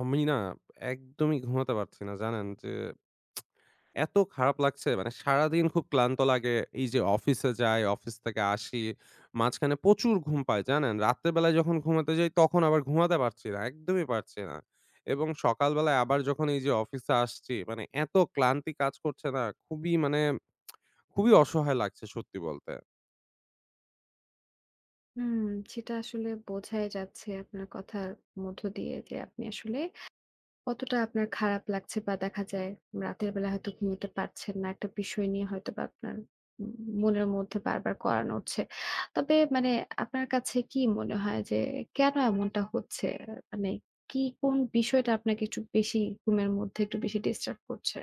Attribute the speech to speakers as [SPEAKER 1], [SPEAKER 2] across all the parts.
[SPEAKER 1] আমি না একদমই ঘুমাতে পারছি না, জানেন? যে এত খারাপ লাগছে, মানে সারাদিন খুব ক্লান্ত লাগে। এই যে অফিসে যাই, অফিস থেকে আসি, মাঝখানে প্রচুর ঘুম পাই, জানেন? রাতের বেলায় যখন ঘুমাতে যাই তখন আবার ঘুমাতে পারছি না, একদমই পারছি না। এবং সকালবেলায় আবার যখন এই যে অফিসে আসছি, মানে এত ক্লান্তি কাজ করছে, না খুবই মানে খুবই অসহায় লাগছে সত্যি বলতে।
[SPEAKER 2] হুম, সেটা আসলে বোঝাই যাচ্ছে আপনার কথার মধ্য দিয়ে যে আপনি আসলে কতটা আপনার খারাপ লাগছে বা দেখা যায় রাতের বেলা হয়তো ঘুমোতে পারছেন না। একটা বিষয় নিয়ে হয়তোবা আপনার উম মনের মধ্যে বারবার কড়া নড়ছে। তবে মানে আপনার কাছে কি মনে হয় যে কেন এমনটা হচ্ছে? মানে কি কোন বিষয়টা আপনাকে একটু বেশি ঘুমের মধ্যে একটু বেশি ডিস্টার্ব করছে?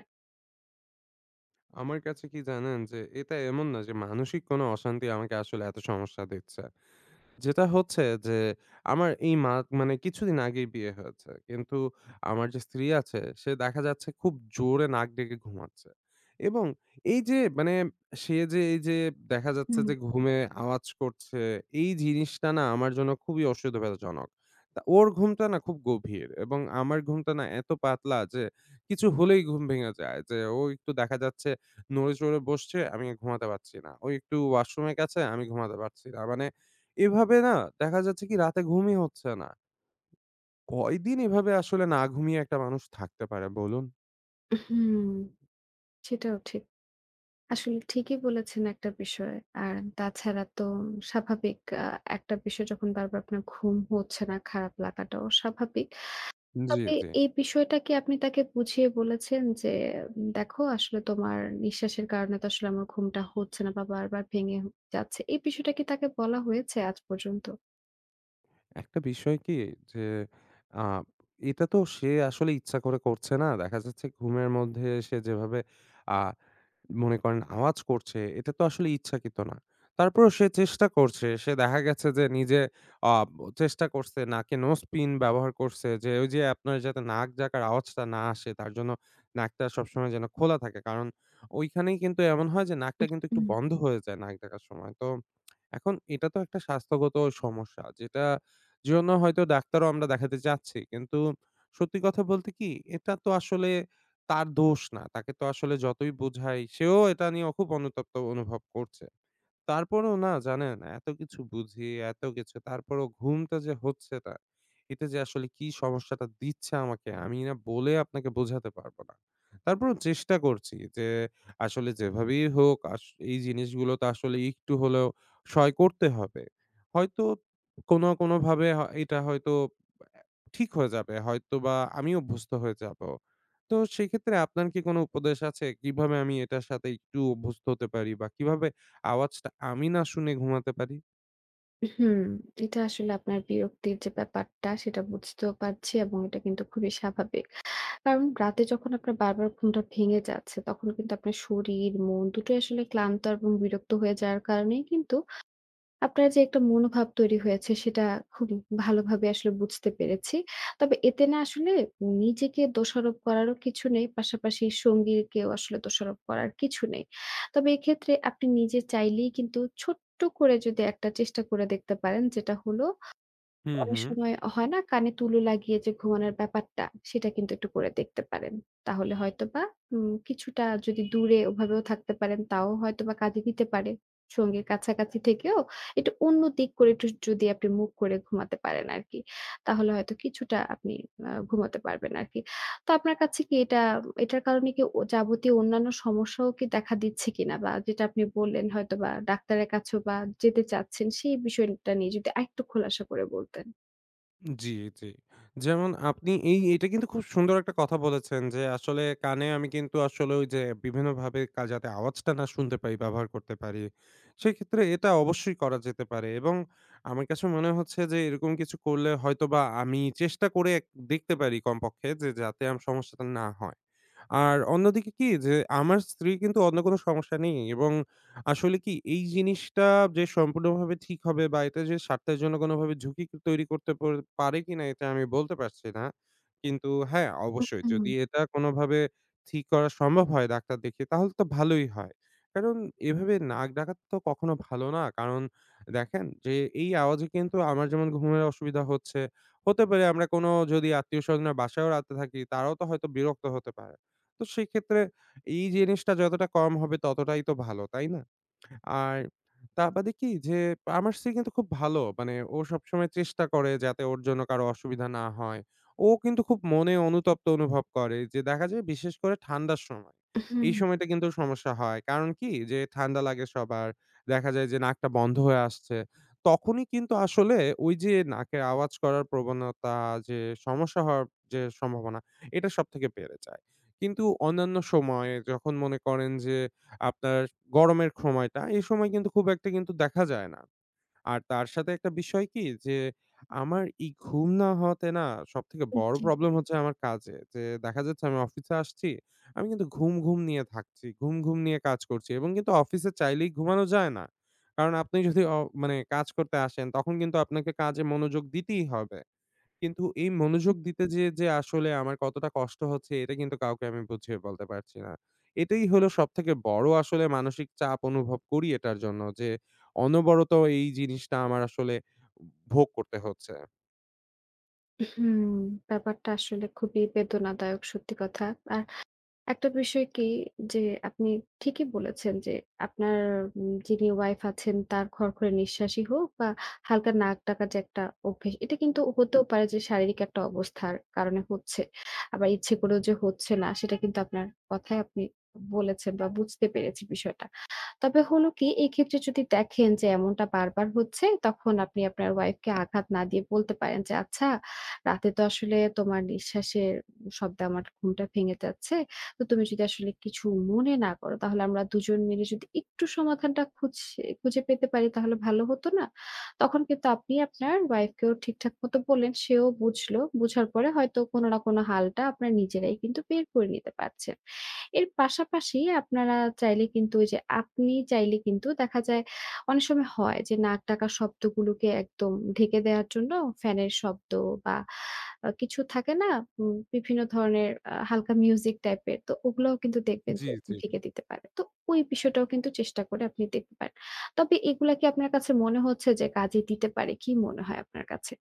[SPEAKER 1] আমার কাছে কি জানেন? যে এটা এমন না যে মানসিক কোনো অশান্তি আমাকে আসলে এত সমস্যা দিচ্ছে। যেটা হচ্ছে যে আমার এই মানে কিছুদিন আগেই বিয়ে হয়েছে। কিন্তু আমার যে স্ত্রী আছে সে দেখা যাচ্ছে খুব জোরে নাক ডেকে ঘুমাচ্ছে। এবং এই যে মানে সে যে এই যে দেখা যাচ্ছে
[SPEAKER 2] হুম।
[SPEAKER 1] যে ঘুমে আওয়াজ করছে, এই জিনিসটা না আমার জন্য খুবই অসুবিধাজনক। তা ওর ঘুমটা না খুব গভীর, এবং আমার ঘুমটা না এত পাতলা যে কিছু হলেই ঘুম ভেঙে যায়। যে ও একটু দেখা যাচ্ছে নড়ে চড়ে বসছে, আমি ঘুমাতে পারছি না। ও একটু ওয়াশরুমের কাছে, আমি ঘুমাতে পারছি না। মানে এভাবে না দেখা যাচ্ছে কি রাতে ঘুমই হচ্ছে না। কয়দিন এভাবে আসলে না ঘুমিয়ে একটা মানুষ থাকতে পারে বলুন?
[SPEAKER 2] হুম, সেটাও ঠিক। আসলে ঠিকই বলেছেন একটা বিষয়। আর তাছাড়া তো স্বাভাবিক আ একটা বিষয় যখন বারবার আপনার ঘুম হচ্ছে না, খারাপ লাগাটাও স্বাভাবিক।
[SPEAKER 1] জি,
[SPEAKER 2] তবে
[SPEAKER 1] জি।
[SPEAKER 2] এই বিষয়টা কি আপনি তাকে বুঝিয়ে বলেছেন যে, "দেখো আসলে তোমার নিঃশ্বাসের কারণে তো আসলে আমার ঘুমটা হচ্ছে না বা বারবার ভেঙে হ যাচ্ছে।" এই বিষয়টা কি তাকে বলা হয়েছে আজ পর্যন্ত?
[SPEAKER 1] একটা বিষয় কি, যে আ এটা তো সে আসলে ইচ্ছা করে করছে না। দেখা যাচ্ছে ঘুমের মধ্যে সে যেভাবে আ মনে করেন আওয়াজ করছে, এটা তো আসলে ইচ্ছাকৃত না। তারপরেও সে চেষ্টা করছে। সে দেখা গেছে যে নিজে আ চেষ্টা করছে, নাকে nose pin ব্যবহার করছে, যে ওই যে আপনার যাতে নাক ডাকার আওয়াজটা না আসে, তার জন্য নাকটা সবসময় যেন খোলা থাকে। কারণ ওইখানেই কিন্তু এমন হয় যে নাকটা কিন্তু একটু
[SPEAKER 2] হুম।
[SPEAKER 1] বন্ধ হয়ে যায় নাক ডাকার সময়। তো এখন এটা তো একটা স্বাস্থ্যগত সমস্যা, যেটা জন্য হয়তো ডাক্তারও আমরা দেখাতে চাচ্ছি। কিন্তু সত্যি কথা বলতে কি, এটা তো আসলে তার দোষ না। তাকে তো আসলে যতই বোঝাই, সেও এটা নিয়ে খুব অনুতপ্ত অনুভব করছে। তারপরেও না, জানেন, এত কিছু বুঝি, এত কিছু তারপরেও ঘুমটা যে হচ্ছে না, এটা যে আসলে কি সমস্যাটা দিচ্ছে আমাকে, আমি না বলে আপনাকে বোঝাতে পারব না। তারপরেও চেষ্টা করছি যে আসলে যেভাবেই হোক এই জিনিসগুলো তো আসলে একটু হলেও সয় করতে হবে। হয়তো কোনো না কোনোভাবে এটা হয়তো অ্যা ঠিক হয়ে যাবে। হয়তোবা আমি অভ্যস্ত হয়ে যাব। তো সেক্ষেত্রে আপনার কি কোনো উপদেশ আছে? কিভাবে আমি এটার সাথে একটু অভ্যস্ত হতে পারি, বা কিভাবে আওয়াজটা আমি না শুনে ঘুমাতে পারি।
[SPEAKER 2] হুম, এটা আসলে আপনার বিরক্তির যে ব্যাপারটা সেটা বুঝতেও পারছি এবং এটা কিন্তু খুবই স্বাভাবিক। কারণ রাতে যখন আপনার বারবার ঘুমটা ভেঙে যাচ্ছে, তখন কিন্তু আপনার শরীর, মন দুটোই আসলে ক্লান্ত এবং বিরক্ত হয়ে যাওয়ার কারণেই কিন্তু আপনার যে একটা মনোভাব তৈরি হয়েছে, সেটা খুব ভালোভাবে আসলে বুঝতে পেরেছি। তবে এতে না আসলে নিজেকে দোষারোপ করারও কিছু নেই, পাশাপাশি সঙ্গীকেও আসলে দোষারোপ করার কিছু নেই। তবে এক্ষেত্রে আপনি নিজে চাইলেই কিন্তু ছোট্ট করে যদি একটা চেষ্টা করে দেখতে পারেন, যেটা হলো
[SPEAKER 1] হুম,
[SPEAKER 2] অনেক
[SPEAKER 1] হুম।
[SPEAKER 2] সময় হয় না কানে তুলো লাগিয়ে যে ঘুমানোর ব্যাপারটা, সেটা কিন্তু একটু করে দেখতে পারেন। তাহলে হয়তোবা কিছুটা যদি দূরে ওভাবেও থাকতে পারেন তাও হয়তোবা কাজে দিতে পারে। সঙ্গীর কাছাকাছি থেকেও একটু অন্য দিক করে একটু যদি আপনি মুখ করে ঘুমাতে পারেন আরকি। তাহলে হয়তো কিছুটা আপনি ঘুমাতে পারবেন আরকি। তো আপনার কাছে কি এটার কারণে কি ও যাবতীয় অন্যান্য সমস্যাও কি দেখা দিচ্ছে কিনা? বা যেটা আপনি বললেন হয়তোবা ডাক্তারের কাছেও বা যেতে চাচ্ছেন সেই বিষয়টা নিয়ে যদি আরেকটু খোলাসা করে বলতেন।
[SPEAKER 1] জি, জি। যেমন আপনি এই এটা কিন্তু খুব সুন্দর একটা কথা বলেছেন যে আসলে কানে আমি কিন্তু আসলে ওই যে বিভিন্নভাবে যাতে আওয়াজটা না শুনতে পারি, ব্যবহার করতে পারি। সেক্ষেত্রে এটা অবশ্যই করা যেতে পারে, এবং আমার কাছে মনে হচ্ছে যে এরকম কিছু করলে হয়তোবা আমি চেষ্টা করে দেখতে পারি কমপক্ষে, যে যাতে আমার সমস্যাটা না হয়। আর অন্যদিকে কি যে, আমার স্ত্রীর কিন্তু অন্য কোনো সমস্যা নেই, এবং আসলে কি এই জিনিসটা যে সম্পূর্ণভাবে ঠিক হবে, বা এটা যে স্বার্থের জন্য কোনোভাবে ঝুঁকি তৈরি করতে পারে কিনা, এটা আমি বলতে পারছি না। কিন্তু হ্যাঁ, অবশ্যই
[SPEAKER 2] হুম,
[SPEAKER 1] যদি এটা কোনোভাবে ঠিক করা সম্ভব হয় ডাক্তার দেখিয়ে, তাহলে তো ভালোই হয়। কারণ এভাবে নাক ডাকা তো কখনো ভালো না। কারণ দেখেন যে, এই আওয়াজে কিন্তু আমার যেমন ঘুমের অসুবিধা হচ্ছে, হতে পারে আমরা কোনো যদি আত্মীয় স্বজনের বাসায়ও রাতে থাকি, তারাও তো হয়তো বিরক্ত হতে পারে। তো সেক্ষেত্রে এই জিনিসটা যতটা কম হবে ততটাই তো ভালো, তাই না? আর তার বাদে কি যে, আমার স্ত্রী কিন্তু খুব ভালো। মানে ও সবসময় চেষ্টা করে যাতে ওর জন্য কারো অসুবিধা না হয়। ও কিন্তু খুব মনে অনুতপ্ত অনুভব করে, যে দেখা যায় বিশেষ করে ঠান্ডার সময়।
[SPEAKER 2] হুম,
[SPEAKER 1] এই সময়টা কিন্তু সমস্যা হয়। কারণ কি যে ঠান্ডা লাগে সবার। দেখা যায় যে নাকটা বন্ধ হয়ে আসছে। তখনই কিন্তু আসলে ওই যে নাকের আওয়াজ করার প্রবণতা, যে সমস্যা হওয়ার যে সম্ভাবনা, এটা সবথেকে বেড়ে যায়। কিন্তু অন্যান্য সময়ে যখন মনে করেন যে আপনার গরমের সময়টা, এই সময় কিন্তু খুব একটা কিন্তু দেখা যায় না। আর তার সাথে একটা বিষয় কি যে, আমার এই ঘুম না হওয়াতে না সবথেকে বড়
[SPEAKER 2] জি।
[SPEAKER 1] প্রবলেম হচ্ছে আমার কাজে। যে দেখা যাচ্ছে আমি অফিসে আসছি, আমি কিন্তু ঘুম, ঘুম নিয়ে থাকছি। ঘুম, ঘুম নিয়ে কাজ করছি, এবং কিন্তু অফিসে চাইলেই ঘুমানো যায় না। কারণ আপনি যদি মানে কাজ করতে আসেন, তখন কিন্তু আপনাকে কাজে মনোযোগ দিতেই হবে। কিন্তু এই মনোযোগ দিতে যেয়ে যে আসলে আমার কতটা কষ্ট হচ্ছে, এটা কিন্তু কাউকে আমি বুঝিয়ে বলতে পারছি না। এটাই হলো সবথেকে বড় আসলে মানসিক চাপ অনুভব করি এটার জন্য, যে অনবরত এই জিনিসটা আমার আসলে ভোগ করতে হচ্ছে।
[SPEAKER 2] হুম, ব্যাপারটা আসলে খুবই বেদনাদায়ক সত্যি কথা। আর একটা বিষয় কি যে আপনি ঠিকই বলেছেন যে আপনার যিনি ওয়াইফ আছেন তার খরখরে নিঃশ্বাসই হোক বা হালকা নাক ডাকা যে একটা অভ্যেস এটা কিন্তু হতেও পারে যে শারীরিক একটা অবস্থার কারণে হচ্ছে। আবার ইচ্ছে করেও যে হচ্ছে না সেটা কিন্তু আপনার কথায় আপনি বলেছেন বা বুঝতে পেরেছি বিষয়টা। তবে হলো কি, এক্ষেত্রে যদি দেখেন যে এমনটা বারবার হচ্ছে, তখন আপনি আপনার ওয়াইফকে আঘাত না দিয়ে বলতে পারেন যে, "আচ্ছা, রাতে তো আসলে তোমার নিঃশ্বাসের শব্দে আমার ঘুমটা ভেঙে যাচ্ছে। তো তুমি যদি আসলে কিছু মনে না করো, তাহলে আমরা দুজন মিলে যদি একটু সমাধানটা খুঁজে খুঁজে পেতে পারি, তাহলে ভালো হতো না?" তখন কিন্তু আপনি আপনার ওয়াইফকেও ঠিকঠাক মতো বললেন, সেও বুঝলো। বুঝার পরে হয়তো কোনো না কোনো হালটা আপনারা নিজেরাই কিন্তু বের করে নিতে পারছেন। এর পাশাপাশি আপনারা চাইলে কিন্তু ওই যে আপনি চাইলে কিন্তু দেখা যায় অনেক সময় হয় যে নাক ডাকা শব্দগুলোকে একদম ঢেকে দেওয়ার জন্য ফ্যানের শব্দ বা কিছু থাকে না? বিভিন্ন ধরনের হালকা মিউজিক টাইপের। তো ওগুলোও কিন্তু দেখবেন
[SPEAKER 1] জি,
[SPEAKER 2] যে
[SPEAKER 1] জি।
[SPEAKER 2] ঢেকে দিতে পারে। তো ওই বিষয়টাও কিন্তু চেষ্টা করে আপনি দেখতে পারেন। তবে এগুলা কি আপনার কাছে মনে হচ্ছে যে কাজে দিতে পারে? কি মনে হয় আপনার কাছে?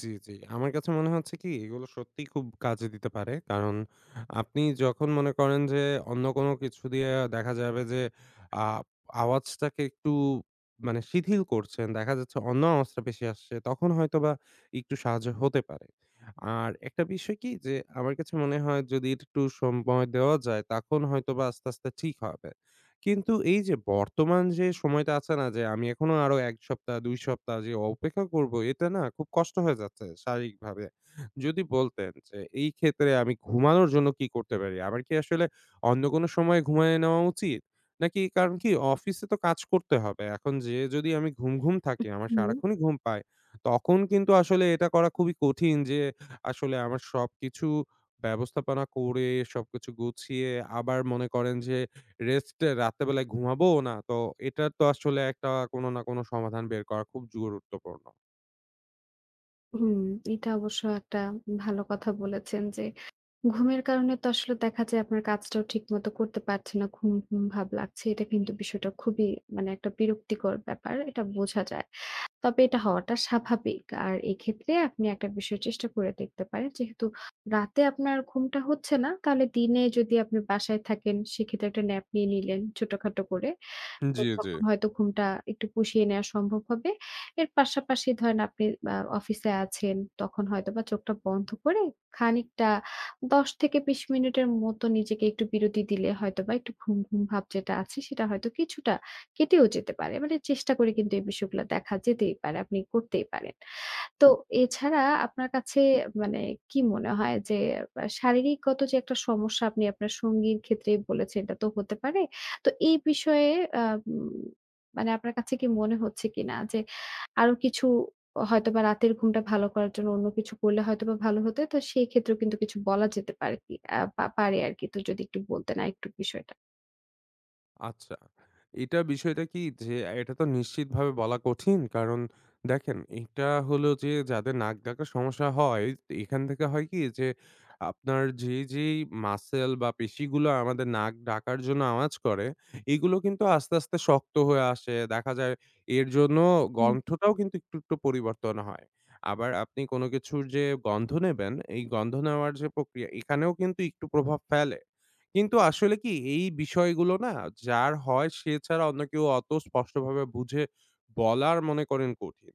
[SPEAKER 1] জি, জি। আমার কাছে মনে হচ্ছে কি এগুলো সত্যিই খুব কাজে দিতে পারে। কারণ আপনি যখন মনে করেন যে অন্য কোনো কিছু দিয়ে দেখা যাবে যে আ আওয়াজটাকে একটু মানে শিথিল করছেন। দেখা যাচ্ছে অন্য আওয়াজটা বেশি আসছে। তখন হয়তোবা একটু সাহায্য হতে পারে। আর একটা বিষয় কি যে, আমার কাছে মনে হয় যদি একটু সময় দেওয়া যায় তখন হয়তোবা আস্তে, আস্তে ঠিক হবে। কিন্তু এই যে বর্তমান যে সময়টা আছে না, যে আমি এখনো আরো ১ সপ্তাহ ২ সপ্তাহ যে অপেক্ষা করব, এটা না খুব কষ্ট হয়ে যাচ্ছে শারীরিকভাবে। যদি বলতেন যে এই ক্ষেত্রে আমি ঘুমানোর জন্য কি করতে পারি? আমার কি আসলে অন্য কোনো সময় ঘুমায়ে নেওয়া উচিত? নাকি, কারণ কি অফিসে তো কাজ করতে হবে। এখন যেয়ে যদি আমি ঘুম, ঘুম থাকি, আমার
[SPEAKER 2] হুম।
[SPEAKER 1] সারাক্ষণই ঘুম পায়। তখন কিন্তু আসলে এটা করা খুবই কঠিন, যে আসলে আমার সবকিছু ব্যবস্থাপনা করে, সবকিছু গুছিয়ে, আবার মনে করেন যে রেস্ট এ রাত্রেবেলায় ঘুমাবোও না। তো এটার তো আসলে একটা কোনো না কোনো সমাধান বের করা খুব গুরুত্বপূর্ণ।
[SPEAKER 2] হুম, এটা অবশ্য একটা ভালো কথা বলেছেন যে ঘুমের কারণে তো আসলে দেখা যায় আপনার কাজটাও ঠিকমতো করতে পারছেন না। ঘুম, ঘুম ভাব লাগছে। এটা কিন্তু বিষয়টা খুবই মানে একটা বিরক্তিকর ব্যাপার। এটা বোঝা যায়। তবে এটা হওয়াটা স্বাভাবিক। আর এক্ষেত্রে আপনি একটা বিষয় চেষ্টা করে দেখতে পারেন। যেহেতু রাতে আপনার ঘুমটা হচ্ছে না, তাহলে দিনে যদি আপনি বাসায় থাকেন সেক্ষেত্রে একটা ন্যাপ নিয়ে নিলেন ছোটখাটো করে। তো
[SPEAKER 1] জি, জি।
[SPEAKER 2] তখন হয়তো ঘুমটা একটু পুষিয়ে নেওয়া সম্ভব হবে। এর পাশাপাশি ধরেন আপনি অফিসে আছেন, তখন হয়তোবা চোখটা বন্ধ করে খানিকটা ১০ থেকে ২০ মিনিটের মতো নিজেকে একটু বিরতি দিলে হয়তোবা একটু ঘুম, ঘুম ভাব যেটা আছে সেটা হয়তো কিছুটা কেটেও যেতে পারে। মানে চেষ্টা করে কিন্তু এই বিষয়গুলা দেখা যেতেই পারে। আপনি করতেই পারেন। তো এছাড়া আপনার কাছে মানে কি মনে হয় যে শারীরিকগত যে একটা সমস্যা আপনি আপনার সঙ্গীর ক্ষেত্রেই বলেছেন এটা তো হতে পারে। তো এই বিষয়ে আ উম মানে আপনার কাছে কি মনে হচ্ছে কিনা যে আরো কিছু হয়তোবা রাতের ঘুমটা ভালো করার জন্য অন্য কিছু করলে হয়তোবা ভালো হতো। তো সেই ক্ষেত্রেও কিন্তু কিছু বলা যেতে পারে কি আ পা পারে আরকি। তো যদি একটু বলতেন আরেকটু বিষয়টা।
[SPEAKER 1] আচ্ছা। এটা বিষয়টা কি যে, এটা তো নিশ্চিতভাবে বলা কঠিন। কারণ দেখেন, এটা হলো যে যাদের নাক ডাকার সমস্যা হয়, এখান থেকে হয় কি যে আপনার যেই মাসল বা পেশিগুলো আমাদের নাক ডাকার জন্য আওয়াজ করে, এগুলো কিন্তু আস্তে, আস্তে শক্ত হয়ে আসে। দেখা যায় এর জন্য গন্ধটাও কিন্তু একটু, একটু পরিবর্তন হয়। আবার আপনি কোন কিছুর যে গন্ধ নেবেন, এই গন্ধ নেওয়ার যে প্রক্রিয়া, এখানেও কিন্তু একটু প্রভাব ফেলে। কিন্তু আসলে কি এই বিষয়গুলো না, যার হয় সে ছাড়া অন্য কেউ অত স্পষ্টভাবে বুঝে বলার মনে করেন কঠিন।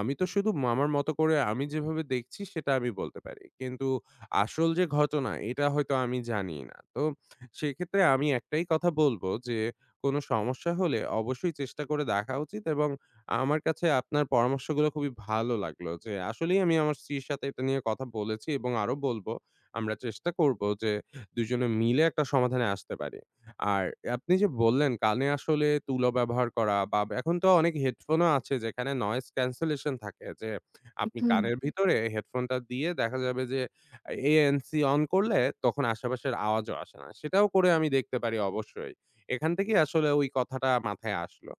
[SPEAKER 1] আমি তো শুধু আমার মতো করে আমি যেভাবে দেখছি সেটা আমি বলতে পারি। কিন্তু আসল যে ঘটনা এটা হয়তো আমি জানি না। তো সেক্ষেত্রে আমি একটাই কথা বলবো যে কোনো সমস্যা হলে অবশ্যই চেষ্টা করে দেখা উচিত, এবং আমার কাছে আপনার পরামর্শগুলো খুবই ভালো লাগলো। যে আসলেই আমি আমার স্ত্রীর সাথে এটা নিয়ে কথা বলেছি, এবং আরো বলবো। আমরা চেষ্টা করব যে দুজনে মিলে একটা সমাধানে আসতে পারি। আর আপনি যে বললেন কানে আসলে তুলো ব্যবহার করা, বা এখন তো অনেক হেডফোনও আছে যেখানে নয়েজ ক্যান্সেলেশন থাকে, যে আপনি কানের ভিতরে হেডফোনটা দিয়ে দেখা যাবে যে ANC অন করলে তখন আশেপাশের আওয়াজও আসে না। সেটাও করে আমি দেখতে পারি অবশ্যই। এখান থেকেই আসলে ওই কথাটা মাথায় আসলো।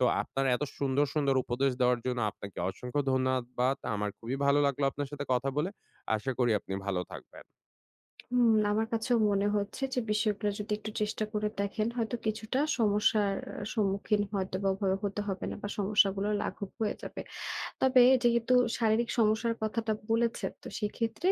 [SPEAKER 1] তো আপনার এত সুন্দর, সুন্দর উপদেশ দেওয়ার জন্য আপনাকে অসংখ্য ধন্যবাদ। আমার খুবই ভালো লাগলো আপনার সাথে কথা বলে। আশা করি আপনি ভালো থাকবেন।
[SPEAKER 2] হুম, আমার কাছেও মনে হচ্ছে যে বিষয়গুলো যদি একটু চেষ্টা করে দেখেন হয়তো কিছুটা সমস্যার সম্মুখীন হয়তো বা ওভাবে হতে হবে না বা সমস্যাগুলো লাঘব হয়ে যাবে। তবে যেহেতু শারীরিক সমস্যার কথাটা বলেছেন, তো সেক্ষেত্রে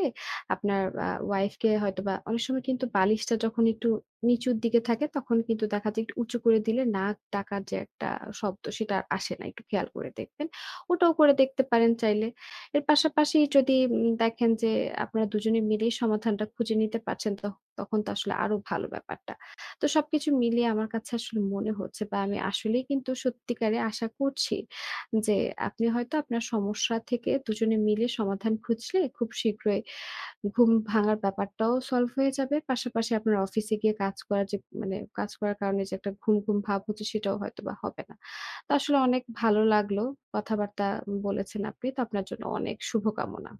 [SPEAKER 2] আপনার ওয়াইফকে হয়তোবা অনেক সময় কিন্তু বালিশটা যখন একটু নিচুর দিকে থাকে, তখন কিন্তু দেখা যায় একটু উঁচু করে দিলে নাক ডাকার যে একটা শব্দ সেটা আর আসে না। একটু খেয়াল করে দেখবেন। ওটাও করে দেখতে পারেন চাইলে। এর পাশাপাশি যদি দেখেন যে আপনারা দুজনে মিলেই সমাধানটা খুঁজে নিতে পারছেন, তখন তো আসলে আরো ভালো ব্যাপারটা। তো সবকিছু মিলিয়ে আমার কাছে আসলে মনে হচ্ছে বা আমি আসলেই কিন্তু সত্যিকারে আশা করছি যে আপনি হয়তো আপনার সমস্যা থেকে দুজনে মিলে সমাধান খুঁজলে খুব শীঘ্রই ঘুম ভাঙার ব্যাপারটাও সলভ হয়ে যাবে। পাশাপাশি আপনার অফিসে গিয়ে কাজ করার যে মানে কাজ করার কারণে যে একটা ঘুম, ঘুম ভাব হচ্ছে সেটাও হয়তোবা হবে না। তো আসলে অনেক ভালো লাগলো। কথাবার্তা বলেছেন আপনি। তো আপনার জন্য অনেক শুভকামনা।